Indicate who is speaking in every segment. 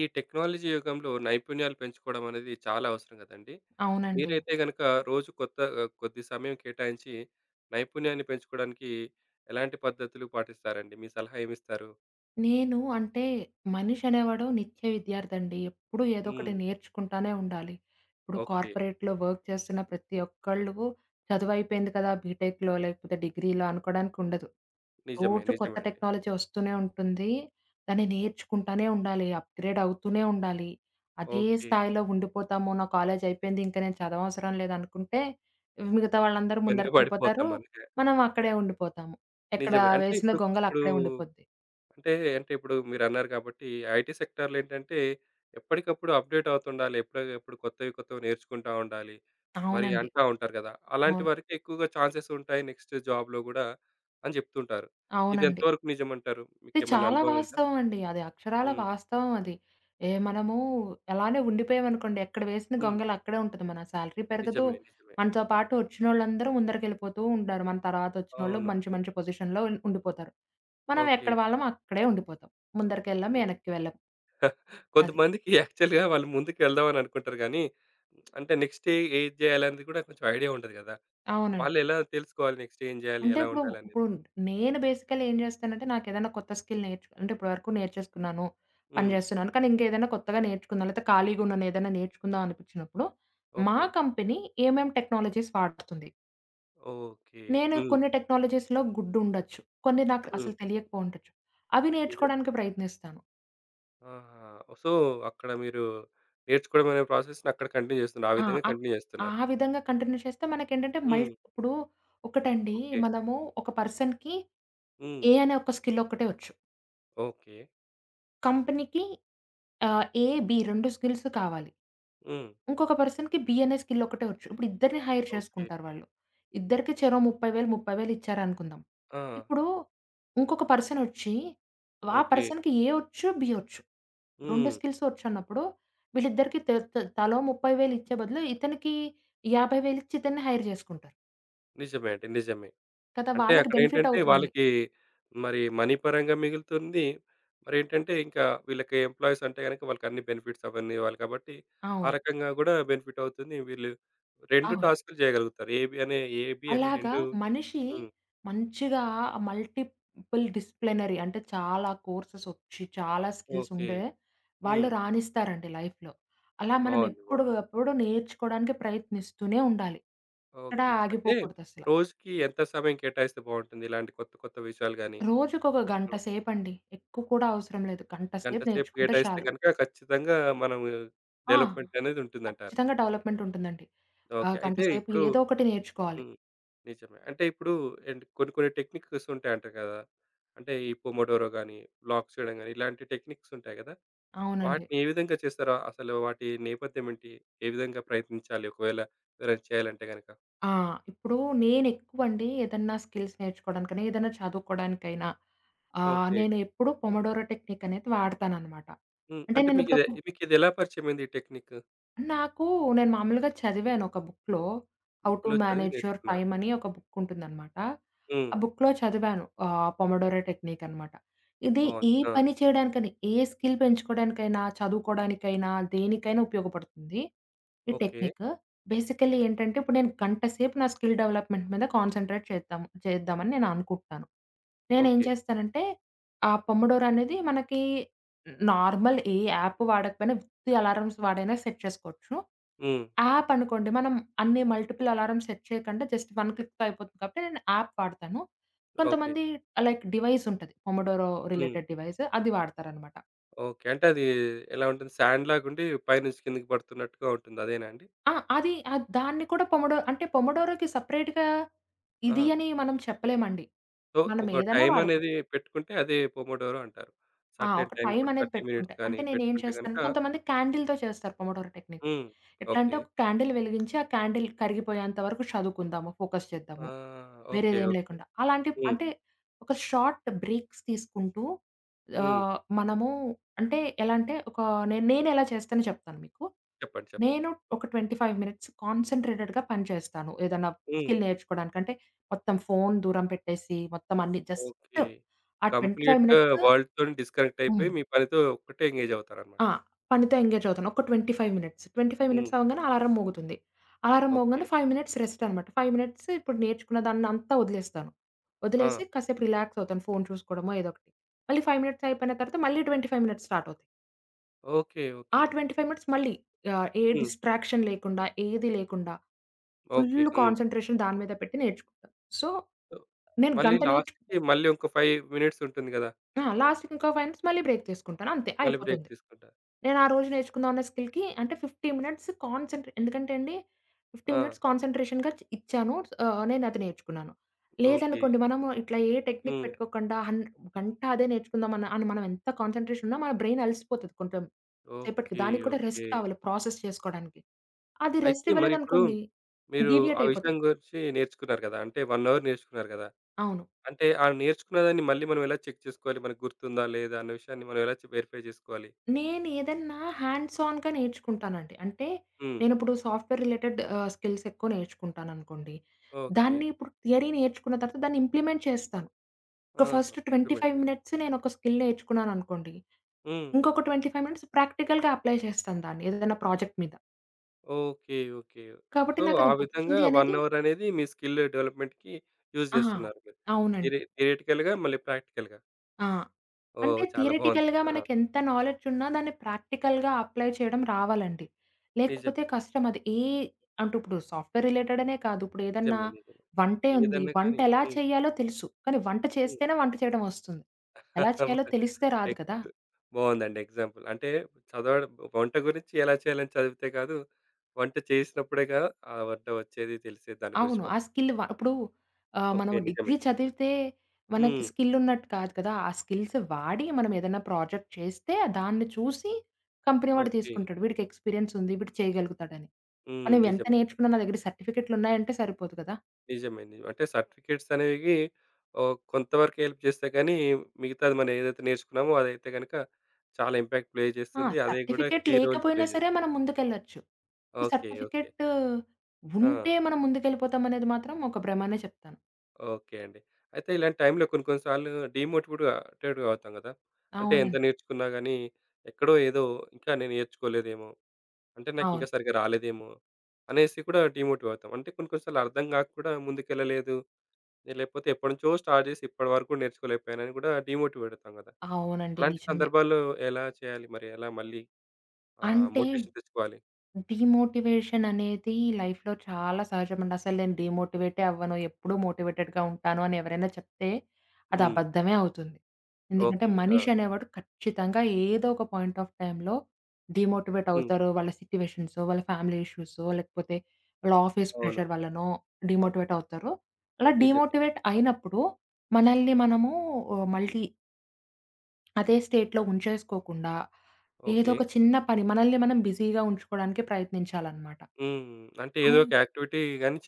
Speaker 1: ఈ టెక్నాలజీ యుగంలో నైపుణ్యాలు పెంచుకోవడం అనేది చాలా అవసరం కదండి.
Speaker 2: అవునండి.
Speaker 1: మీరైతే గనుక రోజు కొత్త కొద్ది సమయం కేటాయించి నైపుణ్యాన్ని పెంచుకోవడానికి ఎలాంటి పద్ధతులు పాటిస్తారండి? మీ సలహా ఏమిస్తారు?
Speaker 2: నేను అంటే మనిషి అనేవాడు నిత్య విద్యార్థి అండి. ఎప్పుడూ ఏదో ఒకటి
Speaker 1: హ్మ్.
Speaker 2: నేర్చుకుంటానే ఉండాలి. ఇప్పుడు
Speaker 1: ఓకే.
Speaker 2: కార్పొరేట్‌లో వర్క్ చేస్తున్న ప్రతి ఒక్కళ్ళు చదువయిపోయింది కదా! బీటెక్‌లో లేకపోతే డిగ్రీలో అనుకోడానికి ఉండదు.
Speaker 1: నిజమే.
Speaker 2: రోజు కొత్త
Speaker 1: నిజమే అండి.
Speaker 2: టెక్నాలజీ వస్తూనే ఉంటుంది. దాన్ని నేర్చుకుంటానే ఉండాలి. అప్‌గ్రేడ్ అవుతూనే ఉండాలి. అదే
Speaker 1: ఓకే.
Speaker 2: స్థాయిలో ఉండిపోతాము. నా కాలేజ్ అయిపోయింది. ఇంక నేను చదవవసరం లేదనుకుంటే మిగతా వాళ్ళందరూ
Speaker 1: వెనుకబడిపోతాం
Speaker 2: ముందరికెళ్ళిపోతారు.
Speaker 1: మనకే.
Speaker 2: మనం అక్కడే ఉండిపోతాము. ఎక్కడ
Speaker 1: నిజమే. అంటే
Speaker 2: వేసిన
Speaker 1: ఇప్పుడు
Speaker 2: గొంగలు
Speaker 1: ఇప్పుడు
Speaker 2: అక్కడే ఉండిపోద్ది.
Speaker 1: అంటే, అంటే ఇప్పుడు మీరన్నారు కాబట్టి ఐటీ సెక్టార్‌లో ఏంటంటే, ఎప్పటికప్పుడు అప్‌డేట్ అవుతుండాలి. ఎప్పటికప్పుడు కొత్తవి, కొత్తవి నేర్చుకుంటా ఉండాలి. మరి
Speaker 2: అవునండి.
Speaker 1: అంటా ఉంటారు గదా! అలాంటి
Speaker 2: అవును.
Speaker 1: వారికి ఎక్కువగా ఛాన్సెస్ ఉంటాయి. నెక్స్ట్ జాబ్‌లో గూడా అని జెప్తుంటారు. ఇది
Speaker 2: అవునండి.
Speaker 1: ఎంతవరకు నిజమంటారు?
Speaker 2: ఇది
Speaker 1: మీకేమైనా
Speaker 2: చాలా
Speaker 1: అనుభవం ఉందా?
Speaker 2: వాస్తవం అండి. అది అక్షరాల
Speaker 1: హ్మ్.
Speaker 2: వాస్తవం అది. ఏ మనము అలానే ఉండిపోయామనుకోండి, ఎక్కడ వేసిన
Speaker 1: హ్మ్.
Speaker 2: గొంగలి అక్కడే ఉంటది. మన సాలరీ పెరగదు.
Speaker 1: నిజమే. నిజమే.
Speaker 2: మనతో పాటు వచ్చినోళ్ళందరూ ముందరికెళ్ళిపోతూ ఉంటారు. మన తర్వాత వచ్చినోళ్ళు
Speaker 1: అవును.
Speaker 2: మంచి మంచి పొజిషన్‌లో ఉండిపోతారు. మనం
Speaker 1: ఓకే.
Speaker 2: ఎక్కడ వాళ్ళమో అక్కడే ఉండిపోతాం. ముందరికెళ్ళం,
Speaker 1: నిజమే.
Speaker 2: వెనక్కి వెళ్ళం. అది.
Speaker 1: కొంతమందికి యాక్చువల్‌గా వాళ్ళు ముందుకెళ్దామని అనుకుంటారు గానీ, అంటే నెక్స్ట్ ఏది జేయాలనేది గూడా కొంచెం ఐడియా ఉండదు గదా!
Speaker 2: అవునండి.
Speaker 1: వాళ్ళెలా తెలుసుకోవాలి నెక్స్ట్ ఏం జేయాలి?
Speaker 2: అంటే
Speaker 1: ఎలా
Speaker 2: ఇప్పుడు,
Speaker 1: ఉండాలనేది?
Speaker 2: ఇప్పుడు నేను బేసికల్లీ ఏం చేస్తానంటే, నాకేదైనా కొత్త స్కిల్ నేర్చుకో అంటే ఇప్పటివరకు నేర్చేసుకున్నాను, పని
Speaker 1: హ్మ్.
Speaker 2: జేస్తున్నాను. కానీ ఇంకేదైనా కొత్తగా నేర్చుకుందాం, లేతే ఖాళీగా ఉన్నాను ఏదైనా నేర్చుకుందాం అనిపించినప్పుడు, మా
Speaker 1: ఓకే.
Speaker 2: కంపెనీ ఏమేం టెక్నాలజీస్ వాడుతుంది.
Speaker 1: ఓకే.
Speaker 2: నేను
Speaker 1: హ్మ్.
Speaker 2: కొన్ని టెక్నాలజీస్‌లో గుడ్ ఉండొచ్చు. కొన్ని నాకు
Speaker 1: హ్మ్.
Speaker 2: అసలు తెలియకపోయి ఉండొచ్చు. అవి
Speaker 1: నిజమే.
Speaker 2: నేర్చుకోవడానికి ప్రయత్నిస్తాను.
Speaker 1: ఆహా! సో, అక్కడ మీరు నేర్చుకోవడం అనే ప్రాసెస్‌ని అక్కడ కంటిన్యూ చేస్తున్నారు. ఆ
Speaker 2: ఆ!
Speaker 1: విధంగా
Speaker 2: అక్
Speaker 1: కంటిన్యూ చేస్తున్నారు.
Speaker 2: ఆ విధంగా కంటిన్యూ చేస్తే మనకేంటంటే
Speaker 1: హ్మ్.
Speaker 2: ఇప్పుడు ఒకటండి
Speaker 1: ఓకే.
Speaker 2: మనము ఒక పర్సన్‌కి
Speaker 1: హ్మ్.
Speaker 2: ఏ అనే ఒక స్కిల్ ఒక్కటే వచ్చు.
Speaker 1: ఓకే.
Speaker 2: కంపెనీకి ఏ, బి 2 స్కిల్స్ కావాలి.
Speaker 1: హ్మ్.
Speaker 2: ఇంకొక పర్సన్‌కి బి అనే స్కిల్ ఒకటే వచ్చు. ఇప్పుడు ఇద్దరిని హైర్
Speaker 1: ఓకే.
Speaker 2: చేసుకుంటారు వాళ్ళు. ఇద్దరికి చెరో 30,000, 30,000 ఇచ్చారనుకుందాం.
Speaker 1: ఆ!
Speaker 2: ఇప్పుడు ఇంకొక పర్సన్ వచ్చి, ఆ
Speaker 1: ఓకే.
Speaker 2: పర్సన్‌కి ఏ వచ్చు, బి వచ్చు. 2
Speaker 1: హ్మ్.
Speaker 2: స్కిల్స్ వచ్చన్నప్పుడు వీళ్ళిద్దరికీ త త తలో 30,000 ఇచ్చే బదులు ఇతనికి 50,000 ఇచ్చి ఇతన్ని హైర్ చేసుకుంటారు.
Speaker 1: నిజమే అండి. నిజమే.
Speaker 2: కదా!
Speaker 1: అంటే
Speaker 2: వాళ్ళకి బెనిఫిట్
Speaker 1: అక్కడేంటంటే
Speaker 2: అవుతుంది.
Speaker 1: వాళ్ళకి మరి మనీ పరంగా మిగులుతుంది. మరేంటంటే ఇంకా వీళ్ళకి ఎంప్లాయీస్ అంటే గనక వాళ్ళకి అన్ని బెనిఫిట్స్ అవన్నీ ఇవ్వాలి కాబట్టి, ఆ
Speaker 2: అవును.
Speaker 1: రకంగా గూడా బెనిఫిట్ అవుతుంది. వీళ్ళు 2
Speaker 2: అవును.
Speaker 1: టాస్క్‌లు చేయగలుగుతారు. ఏబీ అనే
Speaker 2: అలాగా
Speaker 1: 2
Speaker 2: మనిషి
Speaker 1: హ్మ్.
Speaker 2: మంచిగా మల్టిపుల్ డిసిప్లినరీ అంటే చాలా కోర్సెస్ వచ్చి, చాలా స్కిల్స్
Speaker 1: ఓకే.
Speaker 2: ఉండే వాళ్ళు
Speaker 1: హ్మ్.
Speaker 2: రాణిస్తారండి లైఫ్‌లో. అలా మనం
Speaker 1: బావుంది.
Speaker 2: ఎప్పుడు
Speaker 1: బావుంది.
Speaker 2: ఎప్పుడు నేర్చుకోవడానికి ప్రయత్నిస్తూనే ఉండాలి. ఎక్కడ
Speaker 1: ఓకే. అంటే
Speaker 2: ఆగిపోకూడదసల.
Speaker 1: రోజుకి ఎంత సమయం కేటాయిస్తే బావుంటుంది? ఇలాంటి కొత్త కొత్త విషయాలు గాని,
Speaker 2: రోజుకొక గంట
Speaker 1: హ్మ్.
Speaker 2: సేపండి. ఎక్కువ కూడా అవసరం లేదు. గంట
Speaker 1: గంట
Speaker 2: సేపు
Speaker 1: సేపు
Speaker 2: నేర్చుకుంటే
Speaker 1: కేటాయిస్తే
Speaker 2: చాలు.
Speaker 1: గనుక ఖచ్చితంగా మనం
Speaker 2: ఆ!
Speaker 1: డెవలప్‌మెంట్ అనేది ఉంటుందంటారు.
Speaker 2: ఖచ్చితంగా డెవలప్‌మెంట్ ఉంటుందండి. ఆ
Speaker 1: ఓకే.
Speaker 2: గంట
Speaker 1: అయితే
Speaker 2: సేపు
Speaker 1: ఇప్పుడు
Speaker 2: ఏదో ఒకటి నేర్చుకోవాలి.
Speaker 1: హ్మ్. నిజమే. అంటే ఇప్పుడు ఏంటి కొన్ని కొన్ని టెక్నిక్స్ ఉంటాయంటారు కదా! అంటే ఈ పొమోడోరో గాని, బ్లాక్ చేయడం గాని ఇలాంటి టెక్నిక్స్ ఉంటాయి కదా!
Speaker 2: అవునండి.
Speaker 1: వాటిని ఏ విధంగా చేస్తారో అసలు వాటి నేపథ్యం ఏంటి? ఏ విధంగా ప్రయత్నించాలి? ఒకవేళ ఎవరైనా చేయాలంటే గనక?
Speaker 2: ఆ! ఇప్పుడు నేనెక్కువండి ఏదన్నా స్కిల్స్ నేర్చుకోవడానికైనా, ఏదన్నా చదువుకోవడానికైనా
Speaker 1: ఓకే.
Speaker 2: నేనెప్పుడూ పొమడోరో టెక్నిక్ అనేది వాడతాననమాట.
Speaker 1: హ్మ్.
Speaker 2: అంటే
Speaker 1: అంటే
Speaker 2: నేనిప్పుడు
Speaker 1: మీకిదే
Speaker 2: ఒక
Speaker 1: మీకిదెలా పరిచయమైంది ఈ టెక్నిక్?
Speaker 2: నాకు నేను మామూలుగా చదివాను ఒక బుక్‌లో 'హౌ టు
Speaker 1: బుక్‌లో చదివి
Speaker 2: మేనేజ్ యువర్
Speaker 1: నేర్చుకున్నారు.
Speaker 2: టైమ్' అని ఒక బుక్ ఉంటుందనమాట.
Speaker 1: హ్మ్.
Speaker 2: ఆ బుక్‌లో చదివాను పొమడోరో టెక్నిక్ అనమాట. ఇది
Speaker 1: బావుంది.
Speaker 2: ఏ
Speaker 1: ఆ!
Speaker 2: పని చేయడానికని, ఏ స్కిల్ పెంచుకోవడానికైనా, చదువుకోవడానికైనా, దేనికైనా ఉపయోగపడుతుంది. ఈ
Speaker 1: ఓకే.
Speaker 2: టెక్నిక్ బేసికల్లీ ఏంటంటే, ఇప్పుడు నేను గంట సేపు నా స్కిల్ డెవలప్‌మెంట్ మీద కాన్సంట్రేట్ చేద్దామని నేను అనుకుంటాను. నేనేం
Speaker 1: ఓకే.
Speaker 2: చేస్తానంటే, ఆ పొమడోరో అనేది మనకి నార్మల్ ఏ యాప్ వాడకపోయినా ఈ అలారమ్స్ వాడైనా సెట్ చేసుకోవచ్చు.
Speaker 1: హ్మ్.
Speaker 2: యాప్ అనుకోండి మనం అన్ని మల్టిపుల్ అలారమ్స్ సెట్ చేయకుండా జస్ట్ 1 క్లిక్‌తో అయిపోతుంది కాబట్టి నేను యాప్ వాడతాను.
Speaker 1: ఓకే.
Speaker 2: కొంతమంది లైక్ డివైస్ ఉంటది. పొమోడోరో
Speaker 1: హ్మ్.
Speaker 2: రిలేటెడ్ డివైస్ అది వాడతారనమాట.
Speaker 1: ఓకే. అంటే అది ఎలా ఉంటుంది? సాండ్ లాగుండి పైనుంచి కిందకి పడుతున్నట్టుగా ఉంటుంది. అదేనా అండి?
Speaker 2: ఆ! అది దాన్ని కూడా పొమోడో అంటే పొమోడోరోకి సెపరేట్‌గా ఇది
Speaker 1: ఆహా!
Speaker 2: అని మనం చెప్పలేమండి.
Speaker 1: సో,
Speaker 2: మనం
Speaker 1: ఒక
Speaker 2: ఏదైనా
Speaker 1: టైమ్ అనేది
Speaker 2: వాడుకోవచ్చు.
Speaker 1: పెట్టుకుంటే అదే పోమోడోరో అంటారు.
Speaker 2: ఆ!
Speaker 1: సర్టెన్
Speaker 2: ఒక
Speaker 1: టైమ్ ఇప్పుడు
Speaker 2: టైమనేది
Speaker 1: 30 మినిట్స్
Speaker 2: పెట్టుకుంటే.
Speaker 1: గాని
Speaker 2: అంటే నేనేం
Speaker 1: పెట్టుకుంటే గనుక
Speaker 2: చేస్తానంటే కొంతమంది క్యాండిల్‌తో చేస్తారు పొమోడోరో టెక్నిక్.
Speaker 1: హ్మ్.
Speaker 2: ఎట్లా అంటే
Speaker 1: ఓకే.
Speaker 2: ఒక క్యాండిల్ వెలిగించి, ఆ క్యాండిల్ కరిగిపోయేంత వరకు చదువుకుందాము, ఫోకస్
Speaker 1: ఆ!
Speaker 2: చేద్దాము.
Speaker 1: ఓకే.
Speaker 2: వేరేదేం
Speaker 1: ఓకే.
Speaker 2: లేకుండా. అలాంటి
Speaker 1: హ్మ్.
Speaker 2: అంటే ఒక షార్ట్ బ్రేక్స్ తీసుకుంటూ
Speaker 1: హ్మ్.
Speaker 2: ఆహ్, మనము అంటే ఎలా అంటే ఒక నేను నేనెలా చేస్తానో చెప్తాను మీకు.
Speaker 1: చెప్పండి. చెప్పండి.
Speaker 2: నేను ఒక 25 మినిట్స్ కాన్సంట్రేటెడ్‌గా పని చేస్తాను. ఏదన్నా
Speaker 1: హ్మ్.
Speaker 2: స్కిల్ నేర్చుకోవడానికి. అంటే మొత్తం ఫోను దూరం పెట్టేసి, మొత్తం అన్ని జస్ట్
Speaker 1: ఓకే.
Speaker 2: ఆ 25
Speaker 1: కంప్లీట్
Speaker 2: మినిట్స్
Speaker 1: వరల్డ్‌తోని డిస్కనెక్ట్
Speaker 2: హ్మ్.
Speaker 1: అయిపోయి మీ పనితో ఒక్కటే ఎంగేజ్ అవుతారన్నమాట.
Speaker 2: ఆ! పనితో ఎంగేజ్ అవుతాను. ఒక 25 మినిట్స్. 25
Speaker 1: హ్మ్.
Speaker 2: మినిట్స్ అవ్వంగానే అలారం మోగుతుంది. Alarm
Speaker 1: okay.
Speaker 2: మోగంగానే 5 మినిట్స్ రెస్ట్ అనమాట. 5 మినిట్స్ ఇప్పుడు నేర్చుకున్న దాన్నంతా వదిలేస్తాను.
Speaker 1: ఆ!
Speaker 2: వదిలేసి కాసేపు రిలాక్స్ అవుతాను. ఫోను చూసుకోవడమో ఏదో ఒకటి. మళ్ళీ 5 మినిట్స్ అయిపోయిన తర్వాత మళ్ళీ 25 మినిట్స్ స్టార్ట్ అవుతాయి.
Speaker 1: ఓకే.
Speaker 2: ఆ
Speaker 1: ఓకే.
Speaker 2: 25 మినిట్స్ మళ్ళీ ఏ
Speaker 1: హ్మ్.
Speaker 2: డిస్ట్రాక్షన్ లేకుండా, ఏది లేకుండా
Speaker 1: ఓకే.
Speaker 2: ఫుల్
Speaker 1: హ్మ్.
Speaker 2: కాన్సంట్రేషన్ దాని మీద పెట్టి నేర్చుకుంటా. సో, నేను
Speaker 1: మళ్ళీ
Speaker 2: గంట నేర్చుకున్నాను.
Speaker 1: లాస్ట్‌కి మళ్ళీ ఇంకో 5 మినిట్స్ ఉంటుంది గదా!
Speaker 2: ఆ! లాస్ట్‌కి ఇంకో 5 మినిట్స్ మళ్ళీ బ్రేక్ తీసుకుంటాను. అంతే
Speaker 1: మళ్ళీ బ్రేక్
Speaker 2: అయిపోతుంది.
Speaker 1: తీసుకుంటారు.
Speaker 2: నేను ఆ రోజు నేర్చుకుందాం అన్న స్కిల్‌కి అంటే 15 మినిట్స్ కాన్సంట్రే ఎందుకంటే అండి
Speaker 1: ఆ!
Speaker 2: 15 మినిట్స్ కాన్సంట్రేషన్‌గా ఇచ్చాను. నేను అది నేర్చుకున్నాను.
Speaker 1: ఓకే.
Speaker 2: లేదనుకోండి మనము ఇట్లా ఏ టెక్నిక్
Speaker 1: హ్మ్.
Speaker 2: పెట్టుకోకుండా గంట అదే నేర్చుకుందాం అని మనం ఎంత కాన్సంట్రేషన్ ఉన్నా మన బ్రెయిన్ అలసిపోతది కొంచెం సేపటికి.
Speaker 1: ఓకే.
Speaker 2: దానికి కూడా
Speaker 1: ఓకే.
Speaker 2: రెస్ట్ కావాలి ప్రాసెస్ చేసుకోవడానికి. అది రెస్ట్
Speaker 1: అయితే మరిప్పుడు
Speaker 2: ఇవ్వలేదనుకోండి
Speaker 1: మీరు ఆ
Speaker 2: డీవియేట్
Speaker 1: విషయం
Speaker 2: అయిపోతాం.
Speaker 1: గురించి నేర్చుకున్నారు గదా! అంటే 1 అవర్ నేర్చుకున్నారు గదా!
Speaker 2: అవును.
Speaker 1: అంటే ఆ నేర్చుకున్న దాన్ని మళ్ళీ మనం ఎలా చెక్ చేసుకోవాలి? మనకు గుర్తుందా లేదా అన్న విషయాన్ని మనం ఎలా వెరిఫై చేసుకోవాలి?
Speaker 2: నేనేదన్నా హ్యాండ్స్ ఆన్‌గా నేర్చుకుంటానండి. అంటే,
Speaker 1: హ్మ్.
Speaker 2: నేనిప్పుడు సాఫ్ట్‌వేర్ రిలేటెడ్ స్కిల్స్ ఎక్కువ నేర్చుకుంటాననుకోండి.
Speaker 1: ఓకే.
Speaker 2: దాన్ని ఇప్పుడు థియరీ నేర్చుకున్న తర్వాత దాన్ని ఇంప్లిమెంట్ చేస్తాను. ఒక
Speaker 1: ఆహా!
Speaker 2: ఫస్ట్
Speaker 1: ఇప్పుడు
Speaker 2: 25
Speaker 1: పెట్టేసారు.
Speaker 2: మినిట్స్ నేనొక స్కిల్ నేర్చుకున్నాననుకోండి.
Speaker 1: హ్మ్.
Speaker 2: ఇంకొక 25 మినిట్స్ ప్రాక్టికల్‌గా అప్లై చేస్తాను దాన్ని ఏదైనా ప్రాజెక్ట్ మీద.
Speaker 1: ఓకే. ఓకే.
Speaker 2: కాబట్టి
Speaker 1: సో, ఆ
Speaker 2: నాకది
Speaker 1: విధంగా
Speaker 2: వచ్చింది
Speaker 1: 1
Speaker 2: అనేది
Speaker 1: అవర్ అనేది మీ స్కిల్ డెవలప్‌మెంట్‌కి యూజ్
Speaker 2: ఆ!
Speaker 1: చేస్తున్నారు మీరు. థియరి
Speaker 2: అవునండి.
Speaker 1: థియరిటికల్‌గా మళ్ళీ ప్రాక్టికల్‌గా.
Speaker 2: ఆ!
Speaker 1: ఓహ్!
Speaker 2: అంటే
Speaker 1: చాలా బాగుంది.
Speaker 2: థియరిటికల్‌గా
Speaker 1: ఆ!
Speaker 2: మనకెంత నాలెడ్జున్నా దాన్ని ప్రాక్టికల్‌గా అప్లై చేయడం రావాలండి. లేకపోతే
Speaker 1: నిజమేనండి.
Speaker 2: కష్టం అది. ఏ అంటే ఇప్పుడు సాఫ్ట్‌వేర్ రిలేటెడనే కాదు. ఇప్పుడేదన్నా
Speaker 1: నిజమే. నిజమే.
Speaker 2: వంటే ఉంది.
Speaker 1: ఏదన్నా
Speaker 2: వంట
Speaker 1: కానీ
Speaker 2: ఎలా
Speaker 1: హ్మ్.
Speaker 2: చేయాలో తెలుసు. కానీ వంట
Speaker 1: హ్మ్.
Speaker 2: చేస్తేనే వంట చేయడం వస్తుంది. ఎలా చేయాలో తెలిస్తే రాదు
Speaker 1: ఎగ్
Speaker 2: కదా!
Speaker 1: బావుందండి ఎగ్జాంపుల్. అంటే చదవడం వంట గురించి ఎలా చేయాలని చదివితే కాదు, వంట చేసినప్పుడేగా ఆ వంట వచ్చేది, తెలిసేది దాని గురించి
Speaker 2: అవును. ఆ
Speaker 1: మొత్తం.
Speaker 2: స్కిల్ వ ఇప్పుడు మనం
Speaker 1: ఓకే. నిజమే.
Speaker 2: డిగ్రీ చదివితే మనకి
Speaker 1: హ్మ్.
Speaker 2: స్కిల్ ఉన్నట్టు కాదు కదా! ఆ స్కిల్స్ వాడి మనం ఏదైనా ప్రాజెక్ట్ చేస్తే దాన్ని చూసి కంపెనీ వాడు
Speaker 1: ఓకే.
Speaker 2: తీసుకుంటాడు. వీడికి ఎక్స్‌పీరియన్స్ ఉంది. వీడు చేయగలుగుతాడని.
Speaker 1: హ్మ్.
Speaker 2: మనమెంత
Speaker 1: నిజమే.
Speaker 2: నేర్చుకున్నా నా దగ్గర సర్టిఫికెట్లున్నాయంటే సరిపోదు కదా!
Speaker 1: నిజమే. నిజమే. అంటే సర్టిఫికేట్స్ అనేవి ఓహ్, కొంతవరకు హెల్ప్ చేస్తాయి కానీ, మిగతాది మనం ఏదైతే నేర్చుకున్నామో అదైతే గనక చాలా ఇంపాక్ట్ ప్లే
Speaker 2: ఆ!
Speaker 1: చేస్తుంది. అదే కూడా
Speaker 2: సర్టిఫికేట్
Speaker 1: కీ రోల్ ప్లే
Speaker 2: లేకపోయినా
Speaker 1: చేస్తుంది.
Speaker 2: సరే మనం ముందుకెళ్ళొచ్చు.
Speaker 1: ఓకే. ఓకే.
Speaker 2: సర్టిఫికేట్
Speaker 1: ఆ!
Speaker 2: ఉంటే మనం ముందుకెళ్ళిపోతామనేది మాత్రం ఒక భ్రమనే చెప్తాను.
Speaker 1: ఓకే అండి. అయితే ఇలాంటి టైంలో కొన్ని కొన్ని సార్లు డీమోటివేటెడ్ అవుతాం కదా! అంటే ఎంత
Speaker 2: అవునండి.
Speaker 1: నేర్చుకున్నా గానీ, ఎక్కడో ఏదో ఇంకా నేను నేర్చుకోలేదేమో, అంటే నాకింకా
Speaker 2: అవును.
Speaker 1: సరిగ్గా రాలేదేమో అనేసి కూడా డిమోటివ్ అవుతాం. అంటే కొన్ని కొన్ని సార్లు అర్థం కాక కూడా ముందుకెళ్ళలేదు నేను లేకపోతే ఎప్పటినుంచో స్టార్ట్ చేసి ఇప్పటి వరకు నేర్చుకోలేకపోయానని కూడా డిమోటివేట్ అవుతాం కదా!
Speaker 2: అవునండి.
Speaker 1: అలాంటి
Speaker 2: నిజమే.
Speaker 1: సందర్భాల్లో ఎలా చేయాలి మరి? ఎలా మళ్ళీ
Speaker 2: అంటే,
Speaker 1: మోటివేషన్ తెచ్చుకోవాలి?
Speaker 2: డీమోటివేషన్ అనేది లైఫ్‌లో చాలా సహజమండి. అసలు నేను డీమోటివేటే అవ్వను. ఎప్పుడూ మోటివేటెడ్‌గా ఉంటాను అని ఎవరైనా చెప్తే అది
Speaker 1: హ్మ్.
Speaker 2: అబద్ధమే అవుతుంది. ఎందుకంటే
Speaker 1: ఓకే. ఆ!
Speaker 2: మనిషి అనేవాడు ఖచ్చితంగా ఏదో ఒక పాయింట్ ఆఫ్ టైమ్‌లో డీమోటివేట్
Speaker 1: హ్మ్.
Speaker 2: అవుతారు. వాళ్ళ సిట్యుయేషన్సో, వాళ్ళ ఫ్యామిలీ ఇష్యూసో, లేకపోతే వాళ్ళ ఆఫీస్
Speaker 1: అవును.
Speaker 2: ప్రెషర్ వల్లనో డీమోటివేట్ అవుతారు. అలా
Speaker 1: నిజమే.
Speaker 2: డీమోటివేట్ అయినప్పుడు మనల్ని మనము మళ్ళీ అదే స్టేట్‌లో ఉంచేసుకోకుండా, ఏదో
Speaker 1: ఓకే.
Speaker 2: ఒక చిన్న పని మనల్ని మనం బిజీగా ఉంచుకోవడానికి ప్రయత్నించాలన్నమాట.
Speaker 1: హ్మ్. అంటే ఏదో
Speaker 2: అలా
Speaker 1: ఒక యాక్టివిటీ గాని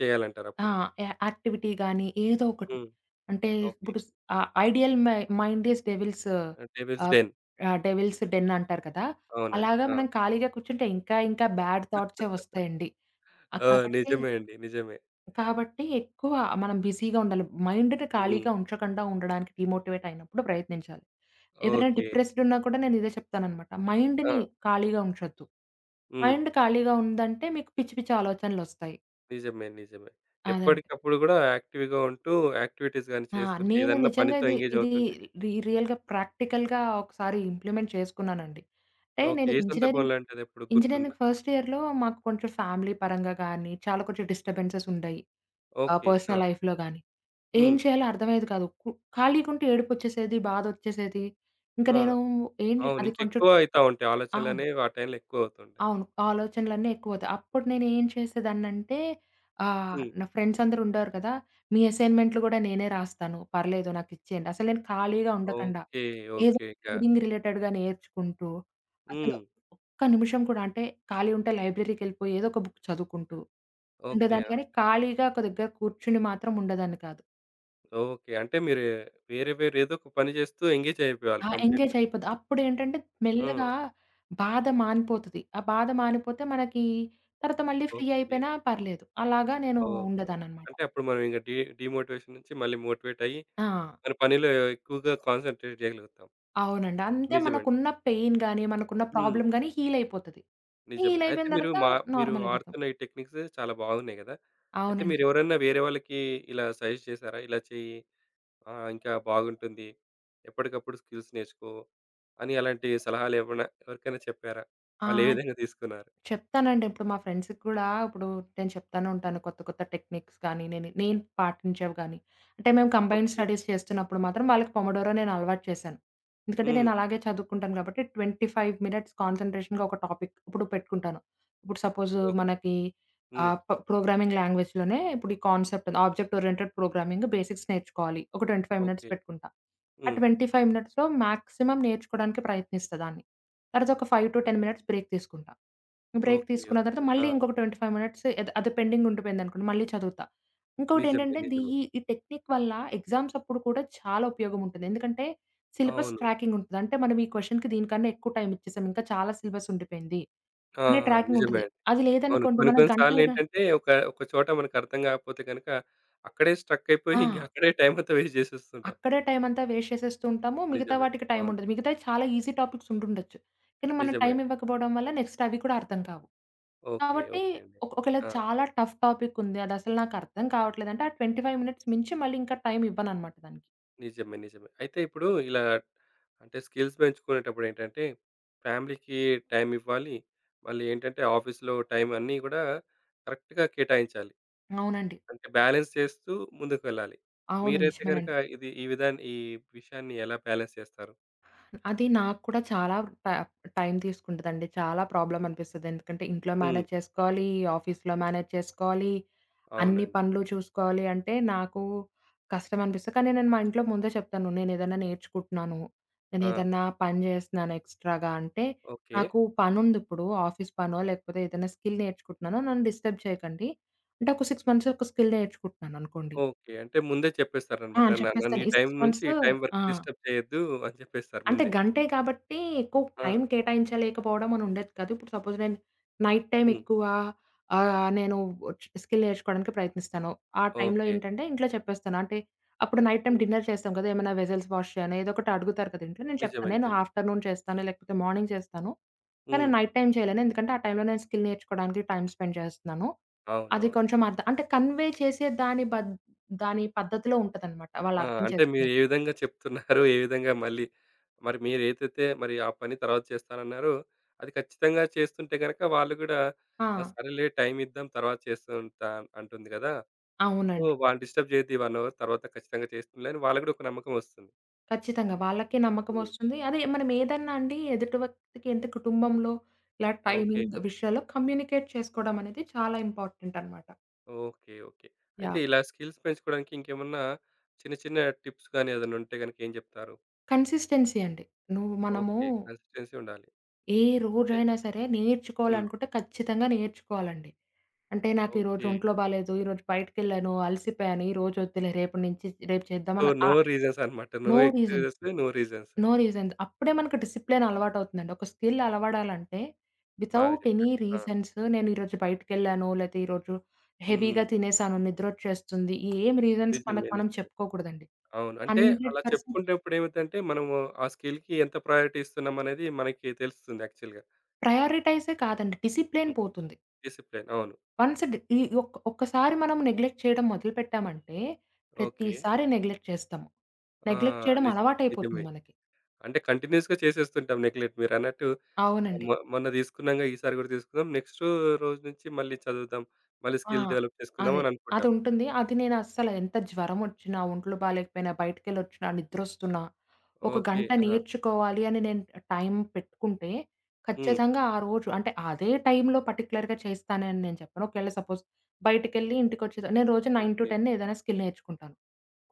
Speaker 2: ఆ!
Speaker 1: చేయాలంటారప్పుడు.
Speaker 2: యా యాక్టివిటీ గాని ఏదో ఒకటి.
Speaker 1: హ్మ్.
Speaker 2: అంటే
Speaker 1: ఓకే.
Speaker 2: ఇప్పుడు ideal my mind is devil's ఆహ్,
Speaker 1: డెవిల్స్ డెన్.
Speaker 2: ఆహ్, డెవిల్స్ డెన్ అంటారు కదా!
Speaker 1: అవునండి.
Speaker 2: అలాగా
Speaker 1: ఆ!
Speaker 2: మనం ఖాళీగా కూర్చుంటే ఇంకా ఇంకా బ్యాడ్ థాట్సే వస్తాయండి. ఆ!
Speaker 1: ఆ!
Speaker 2: కాబట్టి
Speaker 1: నిజమే అండి. నిజమే.
Speaker 2: కాబట్టి ఎక్కువ మనం బిజీగా ఉండాలి. మైండ్‌ని
Speaker 1: హ్మ్.
Speaker 2: ఖాళీగా ఉంచకుండా ఉండడానికి డీమోటివేట్ అయినప్పుడు ప్రయత్నించాలి. ఎవరైనా
Speaker 1: ఓకే.
Speaker 2: డిప్రెస్డ్ ఉన్నా కూడా నేను ఇదే చెప్తాననమాట.
Speaker 1: ఆ!
Speaker 2: మైండ్‌ని ఖాళీగా ఉంచొద్దు.
Speaker 1: హ్మ్.
Speaker 2: మైండ్ ఖాళీగా ఉందంటే మీకు పిచ్చి పిచ్చి ఆలోచనలొస్తాయి.
Speaker 1: నిజమే. నిజమే.
Speaker 2: అదండి.
Speaker 1: ఎప్పటికప్పుడు కూడా యాక్టివ్‌గా ఉంటూ యాక్టివిటీస్ గాని
Speaker 2: ఆ!
Speaker 1: చేస్తుంటే
Speaker 2: నేను
Speaker 1: ఏదన్నా
Speaker 2: నిజంగా
Speaker 1: పనితో
Speaker 2: ఇది
Speaker 1: ఎంగేజ్
Speaker 2: ఇది
Speaker 1: అవుతుంటే
Speaker 2: రి రియల్‌గా ప్రాక్టికల్‌గా ఒకసారి ఇంప్లిమెంట్ చేసుకున్నానండి. అంటే
Speaker 1: ఓకే.
Speaker 2: నేను
Speaker 1: ఏ
Speaker 2: ఇంజినీరింగ్
Speaker 1: సందర్భంలో అంటే అదెప్పుడు గుర్తుందా?
Speaker 2: ఇంజినీరింగ్ ఫస్ట్ ఇయర్‌లో మాకు కొంచెం ఫ్యామిలీ పరంగా గాని, చాలా కొంచెం డిస్టర్బెన్సెస్ ఉండయి.
Speaker 1: ఓకే. ఆ!
Speaker 2: పర్సనల్ లైఫ్‌లో గాని. ఏం
Speaker 1: హ్మ్.
Speaker 2: చేయాలో అర్థమయ్యేది కాదు. ఖాళీగుంటే ఏడుపొచ్చేసేది, బాధొచ్చేసేది. ఇంక
Speaker 1: ఆ!
Speaker 2: నేను ఏం జే
Speaker 1: అవును.
Speaker 2: అది కొంచెం
Speaker 1: ఇంకెక్కువ అయితా ఉంటాయి.
Speaker 2: అవును.
Speaker 1: ఆలోచనలనేవి ఆ టైంలో ఎక్కువవుతుంటాయి.
Speaker 2: అవును. ఆలోచనలన్నీ ఎక్కువవుతాయి. అప్పుడు నేనేం చేసేదాన్నంటే
Speaker 1: హ్మ్.
Speaker 2: నా ఫ్రెండ్స్ అందరూ ఉండేవారు కదా! మీ అసైన్‌మెంట్‌లు గూడా నేనే రాస్తాను. పర్లేదు నాకిచ్చేయండి. అసలు నేను ఖాళీగా ఉండకండా
Speaker 1: ఓకే.
Speaker 2: ఏదో
Speaker 1: ఓకే. ఇక
Speaker 2: కోడింగ్ రిలేటెడ్‌గా నేర్చుకుంటూ, అసలు
Speaker 1: హ్మ్.
Speaker 2: ఒక్క నిమిషం కూడా అంటే ఖాళీ ఉంటే లైబ్రరీకెళ్ళిపోయి ఏదో ఒక బుక్ చదువుకుంటూ
Speaker 1: ఓకే.
Speaker 2: ఉండేదాన్ని
Speaker 1: ఆ!
Speaker 2: గానీ, ఖాళీగా ఒక దగ్గర కూర్చుని మాత్రం ఉండేదాన్ని కాదు.
Speaker 1: ఓకే. అంటే మీరు వేరే వేరే ఏదో ఒక పని చేస్తూ ఎంగేజ్ అయిపోయేవాళ్ళు
Speaker 2: ఆ! ఎంగేజ్
Speaker 1: కంప్లీట్‌గా.
Speaker 2: అయిపోద్ది. అప్పుడేంటంటే
Speaker 1: ఆ!
Speaker 2: మెల్లగా బాధ మానిపోతది. ఆ బాధ మానిపోతే మనకి తర్వాత మళ్ళీ ఫ్రీ
Speaker 1: ఓకే.
Speaker 2: అయిపోయినా పర్లేదు. అలాగా నేను
Speaker 1: ఓకే.
Speaker 2: ఉండేదాన్ననమాట.
Speaker 1: అంటే అప్పుడు మనం ఇంక డీ డీమోటివేషన్ నుంచి మళ్ళీ మోటివేట్ అయ్యి,
Speaker 2: ఆ!
Speaker 1: మన పనిలో ఎక్కువగా కాన్సంట్రేట్ చేయగలుగుతాం.
Speaker 2: అవునండి. అంతే
Speaker 1: నిజమండి.
Speaker 2: మనకున్న పెయిన్ గాని, మనకున్న
Speaker 1: హ్మ్.
Speaker 2: ప్రాబ్లమ్ గాని హీల్ అయిపోతది.
Speaker 1: నిజమే.
Speaker 2: హీల్
Speaker 1: అయితే
Speaker 2: అయిపోయిన
Speaker 1: మీరు
Speaker 2: తర్వాత
Speaker 1: మా మీరు
Speaker 2: నార్మల్ అయిపోతాం.
Speaker 1: వాడుతున్న ఈ టెక్నిక్స్ చాలా బాగున్నాయి గదా! అయితే
Speaker 2: అవునండి.
Speaker 1: మీరెవరైనా వేరే వాళ్ళకి ఇలా సజెస్ట్ చేసారా? ఇలా చెయ్యి ఇంకా బాగుంటుంది. ఎప్పటికప్పుడు స్కిల్స్ నేర్చుకో అని అలాంటి సలహాలేమన్నా ఎవరికైనా చెప్పారా?
Speaker 2: ఆ!
Speaker 1: వాళ్ళు ఏ విధంగా తీసుకున్నారు?
Speaker 2: చెప్తానండి. ఇప్పుడు మా ఫ్రెండ్స్‌కి కూడా ఇప్పుడు నేను చెప్తానే ఉంటాను. కొత్త, కొత్త టెక్నిక్స్ గానీ, నేను నేను పాటించేవి గానీ. అంటే మేము కంబైన్డ్
Speaker 1: ఓకే.
Speaker 2: స్టడీస్ చేస్తున్నప్పుడు మాత్రం వాళ్ళకి పొమోడోరో నేను అలవాటు చేశాను. ఎందుకంటే
Speaker 1: హ్మ్.
Speaker 2: నేను అలాగే చదువుకుంటాను కాబట్టి 25 మినిట్స్ కాన్సంట్రేషన్‌గా ఒక టాపిక్ ఇప్పుడు పెట్టుకుంటాను. ఇప్పుడు సపోజ్
Speaker 1: ఓకే.
Speaker 2: మనకి
Speaker 1: హ్మ్.
Speaker 2: ఆహ్, ప ప్రోగ్రామింగ్ లాంగ్వేజ్‌లోనే ఇప్పుడు ఈ concept object oriented programming basics నేర్చుకోవాలి. ఒక 25 మినిట్స్
Speaker 1: ఓకే.
Speaker 2: పెట్టుకుంటా. ఆ
Speaker 1: హ్మ్.
Speaker 2: 25 మినిట్స్‌లో మాక్సిమం నేర్చుకోవడానికి ప్రయత్నిస్తా దాన్ని. తర్వాత ఒక 5-10 మినిట్స్ బ్రేక్ తీసుకుంటా. Break
Speaker 1: okay.
Speaker 2: తీసుకున్న
Speaker 1: ఓకే.
Speaker 2: తర్వాత
Speaker 1: ఆ!
Speaker 2: మళ్ళీ ఇంకొక 25 మినిట్స్ అది పెండింగ్ ఉండిపోయిందనుకోండి మళ్ళీ చదువుతా.
Speaker 1: నిజమే.
Speaker 2: ఇంకోటేంటంటే ది
Speaker 1: నిజమే.
Speaker 2: ఈ ఈ టెక్నిక్ వల్ల ఎగ్జామ్స్ అప్పుడు కూడా చాలా ఉపయోగం ఉంటుంది. ఎందుకంటే సిలబస్
Speaker 1: అవును.
Speaker 2: ట్రాకింగ్ ఉంటది. అంటే మనం ఈ క్వెషన్‌కి దీనికన్నా ఎక్కువ టైమ్ ఇచ్చేసాం. ఇంకా చాలా సిలబస్ ఉండిపోయింది
Speaker 1: ఆ!
Speaker 2: అనే ట్రాకింగ్
Speaker 1: నిజమే
Speaker 2: ఉంటది.
Speaker 1: అండి.
Speaker 2: అది
Speaker 1: అవును.
Speaker 2: లేదనుకోండి
Speaker 1: కొన్ని
Speaker 2: మనం
Speaker 1: కొన్ని
Speaker 2: గంటలుగా
Speaker 1: సార్లేంటంటే ఒక ఒక చోట మనకర్థం గాకపోతే గనక అక్కడే స్ట్రక్ అయిపోయి
Speaker 2: ఆ!
Speaker 1: ఇంక అక్కడే టైమంతా వేస్ట్ జేసేస్తుంటాం.
Speaker 2: అక్కడే టైం అంతా వేస్ట్ చేసేస్తూ ఉంటాము. మిగతా
Speaker 1: నిజమే.
Speaker 2: వాటికి టైం
Speaker 1: అవును.
Speaker 2: ఉండదు. మిగతాయి చాలా ఈజీ టాపిక్స్ ఉండుండొచ్చు. కానీ మనం
Speaker 1: నిజమే
Speaker 2: టైం
Speaker 1: అండి.
Speaker 2: ఇవ్వకపోవడం వల్ల నెక్స్ట్ అవి కూడా అర్థం కావు.
Speaker 1: ఓకే.
Speaker 2: కాబట్టి
Speaker 1: ఓకే అండి.
Speaker 2: ఒకవేళ
Speaker 1: ఆ!
Speaker 2: చాలా టఫ్ టాపిక్ ఉంది. అదసలు నాకర్థం కావట్లేదంటే, ఆ 25 మినిట్స్ మించి మళ్ళీ ఇంకా టైం ఇవ్వననమాట దానికి.
Speaker 1: నిజమే. నిజమే. అయితే ఇప్పుడు ఇలా అంటే స్కిల్స్ పెంచుకునేటప్పుడు ఏంటంటే ఫ్యామిలీకి టైమ్ ఇవ్వాలి. మళ్ళీ ఏంటంటే ఆఫీస్‌లో టైమ్ అన్నీ కూడా కరెక్ట్‌గా కేటాయించాలి.
Speaker 2: అవునండి.
Speaker 1: అంటే బ్యాలెన్స్ చేస్తూ ముందుకెళ్ళాలి.
Speaker 2: అవును.
Speaker 1: మీరైతే గనుక
Speaker 2: నిజమేనండి.
Speaker 1: ఇది ఈ విధాన్ని ఈ విషయాన్ని ఎలా బ్యాలెన్స్ చేస్తారు?
Speaker 2: అది నాకు కూడా చాలా టై టైం తీసుకుంటదండి. చాలా ప్రాబ్లమ్ అనిపిస్తది. ఎందుకంటే ఇంట్లో
Speaker 1: హ్మ్.
Speaker 2: మేనేజ్ చేసుకోవాలి, ఆఫీస్‌లో మేనేజ్ చేసుకోవాలి, అన్ని
Speaker 1: అవునండి.
Speaker 2: పనులు చూసుకోవాలి అంటే నాకు కష్టం అనిపిస్తది. కానీ నేను మా ఇంట్లో ముందే చెప్తాను. నేనేదైనా నేర్చుకుంటున్నాను,
Speaker 1: ఆ!
Speaker 2: నేనేదన్నా పని చేస్తున్నాను ఎక్స్‌ట్రాగా అంటే,
Speaker 1: ఓకే.
Speaker 2: నాకు పనుందిప్పుడు ఆఫీస్ పనో లేకపోతే ఏదైనా స్కిల్ నేర్చుకుంటున్నాను. నన్ను డిస్టర్బ్ చేయకండి. అంటే ఒక 6 మంత్స్ ఒక స్కిల్ నేర్చుకుంటున్నాననుకోండి.
Speaker 1: ఓకే. అంటే ముందే
Speaker 2: ఆ!
Speaker 1: చెప్పేస్తారనమాట.
Speaker 2: అని
Speaker 1: నన్ను నన్ను
Speaker 2: చెప్పేస్తాను.
Speaker 1: ఈ
Speaker 2: ఈ
Speaker 1: టైం
Speaker 2: 6
Speaker 1: నుంచి
Speaker 2: మంత్స్
Speaker 1: ఈ టైం వరకు
Speaker 2: ఆ!
Speaker 1: డిస్టర్బ్ చేయొద్దు అని చెప్పేస్తారు
Speaker 2: అంటే
Speaker 1: ముందే.
Speaker 2: గంటే కాబట్టి ఎక్కువ
Speaker 1: ఆ!
Speaker 2: టైం కేటాయించలేకపోవడం అని ఉండేది కాదు. ఇప్పుడు సపోజ్ నేను నైట్ టైమ్
Speaker 1: హ్మ్.
Speaker 2: ఎక్కువ నేను స్కిల్ నేర్చుకోవడానికి ప్రయత్నిస్తాను. ఆ టైంలో
Speaker 1: ఓకే.
Speaker 2: ఏంటంటే ఇంట్లో చెప్పేస్తాను. అంటే అప్పుడు నైట్ టైమ్
Speaker 1: హ్మ్.
Speaker 2: డిన్నర్ చేస్తాం కదా! ఏమైనా వెజల్స్ వాష్ చేయని ఏదో ఒకటి అడుగుతారు కదా! ఇంట్లో నేను
Speaker 1: నిజమే.
Speaker 2: చెప్తాను. నేను
Speaker 1: నిజమే.
Speaker 2: ఆఫ్టర్‌నూన్ చేస్తాను లేకపోతే మార్నింగ్ చేస్తాను. కానీ
Speaker 1: హ్మ్.
Speaker 2: నైట్ టైమ్ చేయలేను. ఎందుకంటే ఆ టైంలో నేను స్కిల్ నేర్చుకోవడానికి టైమ్ స్పెండ్ చేస్తున్నాను. అది
Speaker 1: అవునవును.
Speaker 2: కొంచెం అర్థ అంటే కన్వే చేసే దాని పద్ధతిలో ఉంటదనమాట. వాళ్ళు
Speaker 1: ఆ!
Speaker 2: అర్థం
Speaker 1: అంటే మీరు
Speaker 2: చేసుకునేది.
Speaker 1: ఏ విధంగా చెప్తున్నారు? ఏ విధంగా మళ్ళీ మరి మీరేదైతే మరి ఆ పని తర్వాత చేస్తానన్నారో, అది ఖచ్చితంగా చేస్తుంటే గనక వాళ్ళు గూడా
Speaker 2: ఆ!
Speaker 1: సరేలే టైమ్ ఇద్దాం తర్వాత చేస్తుంటా అంటుంది గదా! సో,
Speaker 2: అవునండి.
Speaker 1: వాళ్ళు డిస్టర్బ్ చేయొద్దు ఈ 1 అవర్ తర్వాత ఖచ్చితంగా చేస్తుందిలే అని వాళ్ళకి గూడా ఒక నమ్మకం వస్తుంది.
Speaker 2: ఖచ్చితంగా. వాళ్ళకే
Speaker 1: హ్మ్.
Speaker 2: నమ్మకమొస్తుంది. అదే మనం ఏదన్నా అండి ఎదుటి వ్యక్తికి ఎంత కుటుంబంలో ఇలా
Speaker 1: ఓకే.
Speaker 2: టైమింగ్ విషయాల్లో కమ్యూనికేట్ చేసుకోవడం అనేది చాలా ఇంపార్టెంట్ అనమాట.
Speaker 1: ఓకే. ఓకే. అయితే
Speaker 2: యాహ్!
Speaker 1: ఇలా స్కిల్స్ పెంచుకోవడానికి ఇంకేమన్నా చిన్న చిన్న టిప్స్ గాని ఏదైనా ఉంటే గనక ఏం జెప్తారు?
Speaker 2: కన్సిస్టెన్సీ అండి. నువ్వు మనము
Speaker 1: ఓకే. కన్సిస్టెన్సీ ఉండాలి.
Speaker 2: ఏ
Speaker 1: అంటే
Speaker 2: రోజైనా సరే
Speaker 1: హ్మ్.
Speaker 2: నేర్చుకోవాలనుకుంటే ఖచ్చితంగా నేర్చుకోవాలండి. అంటే నాకు ఈరోజు
Speaker 1: ఓకే.
Speaker 2: ఒంట్లో బాలేదు, ఈరోజు బయటికెళ్ళాను, అలసిపోయాను, ఈరోజు వద్దులే రేపటి నుంచి రేపు
Speaker 1: సో,
Speaker 2: చేద్దామని
Speaker 1: నో రీజన్స్ అన్నమాట. No
Speaker 2: no reasons.
Speaker 1: Excuses, no reasons.
Speaker 2: No reasons. అప్పుడే మనకు డిసిప్లిన్ అలవాటవుతుందండి. ఒక స్కిల్ అలవడాలంటే
Speaker 1: బాగా
Speaker 2: వితౌట్
Speaker 1: చెప్పారు.
Speaker 2: ఎనీ
Speaker 1: ఆ!
Speaker 2: రీజన్స్ నేను ఈరోజు బయటికెళ్ళాను, లేతే ఈరోజు
Speaker 1: హ్మ్.
Speaker 2: హెవీగా తినేసాను, నిద్రొచ్చేస్తుంది. ఏం రీజన్స్
Speaker 1: నిజమే.
Speaker 2: మనకు మనం
Speaker 1: నిజమే.
Speaker 2: చెప్పుకోకూడదండి.
Speaker 1: అవును. అంటే అలా
Speaker 2: 100%
Speaker 1: చెప్పుకునేటప్పుడు ఏమైద్దంటే మనము ఆ స్కిల్‌కి ఎంత ప్రయారిటీ ఇస్తున్నామనేది మనకి తెలుస్తుంది యాక్చువల్‌గా.
Speaker 2: ప్రయారిటైజే కాదండి. డిసిప్లిన్
Speaker 1: హ్మ్.
Speaker 2: పోతుంది.
Speaker 1: డిసిప్లిన్. అవును.
Speaker 2: వన్స్ డ్ ఈ ఒక్ ఒక్కసారి మనం నెగ్లెక్ట్ చేయడం మొదలుపెట్టామంటే
Speaker 1: ఓకే.
Speaker 2: ప్రతిసారి నెగ్లెక్ట్ చేస్తాము.
Speaker 1: ఆ!
Speaker 2: నెగ్లెక్ట్ చేయడం
Speaker 1: నిజ
Speaker 2: అలవాటయిపోతుంది
Speaker 1: నిజమే.
Speaker 2: మనకి.
Speaker 1: అంటే కంటిన్యూయస్‌గా చేసేస్తుంటాం నెగ్లెక్ట్ మీరన్నట్టు
Speaker 2: అవునండి.
Speaker 1: మొ మొన్న తీసుకున్నాంగా ఈసారి కూడా తీసుకుందాం. నెక్స్ట్ రోజు నుంచి మళ్ళీ చదువుదాం. మళ్ళీ
Speaker 2: ఆ!
Speaker 1: స్కిల్ డెవలప్ చేసుకుందాం
Speaker 2: అదే.
Speaker 1: అని అనుకుంటాం.
Speaker 2: అదుంటుంది. అది నేనస్సల ఎంత జ్వరమొచ్చినా, ఒంట్లో బాలేకపోయినా, బయటికెళ్ళొచ్చినా, నిద్రొస్తున్నా, ఒక
Speaker 1: ఓకే.
Speaker 2: గంట
Speaker 1: ఆ!
Speaker 2: నేర్చుకోవాలి అని నేను టైం పెట్టుకుంటే,
Speaker 1: హ్మ్.
Speaker 2: ఖచ్చితంగా ఆ రోజు అంటే అదే టైంలో పర్టిక్యులర్‌గా చేస్తానని నేను చెప్పను. ఒకవేళ సపోజ్ బయటికెళ్ళి ఇంటికొచ్చేస నేను రోజు
Speaker 1: ఓకే.
Speaker 2: 9-10 ఏదైనా స్కిల్ నేర్చుకుంటాను.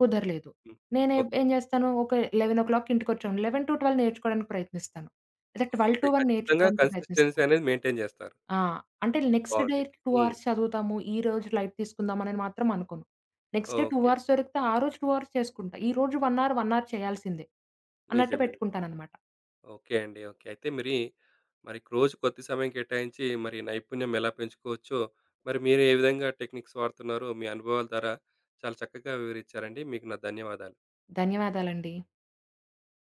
Speaker 2: కుదరలేదు.
Speaker 1: హ్మ్.
Speaker 2: నేనే
Speaker 1: ఓకే.
Speaker 2: ఏం చేస్తాను, ఒక 11:00 ఇంటికొచ్చాను. 11-12 నేర్చుకోవడానికి ప్రయత్నిస్తాను. లేదా
Speaker 1: ఓకే.
Speaker 2: 12-1
Speaker 1: ఖచ్చితంగా
Speaker 2: నేర్చుకోవడానికి
Speaker 1: కన్సిస్టెన్సీ
Speaker 2: ప్రయత్నిస్తాను.
Speaker 1: అనేది మెయింటైన్ జేస్తారు.
Speaker 2: ఆ! అంటే నెక్స్ట్ డే
Speaker 1: బావుంది.
Speaker 2: 2
Speaker 1: హ్మ్.
Speaker 2: అవర్స్ చదువుతాము. ఈ రోజు లైట్ తీసుకుందాం అని మాత్రం అనుకోను. Next day 2
Speaker 1: okay.
Speaker 2: అవర్స్ దొరికితే ఆ రోజు 2 అవర్స్ చేసుకుంటా. ఈ రోజు 1 అవర్, 1 అవర్ చేయాల్సిందే అన్నట్టు
Speaker 1: నిజమే. నిజమే.
Speaker 2: పెట్టుకుంటాననమాట.
Speaker 1: ఓకే అండి. ఓకే. అయితే మరి, మరి రోజుకి కొద్ది సమయం కేటాయించి మరి నైపుణ్యం ఎలా పెంచుకోవచ్చో, మరి మీరు ఏ విధంగా టెక్నిక్స్ వాడుతున్నారో మీ అనుభవాల ద్వారా చాలా చక్కగా వివరించారండి. మీకు నా ధన్యవాదాలు.
Speaker 2: ధన్యవాదాలండి.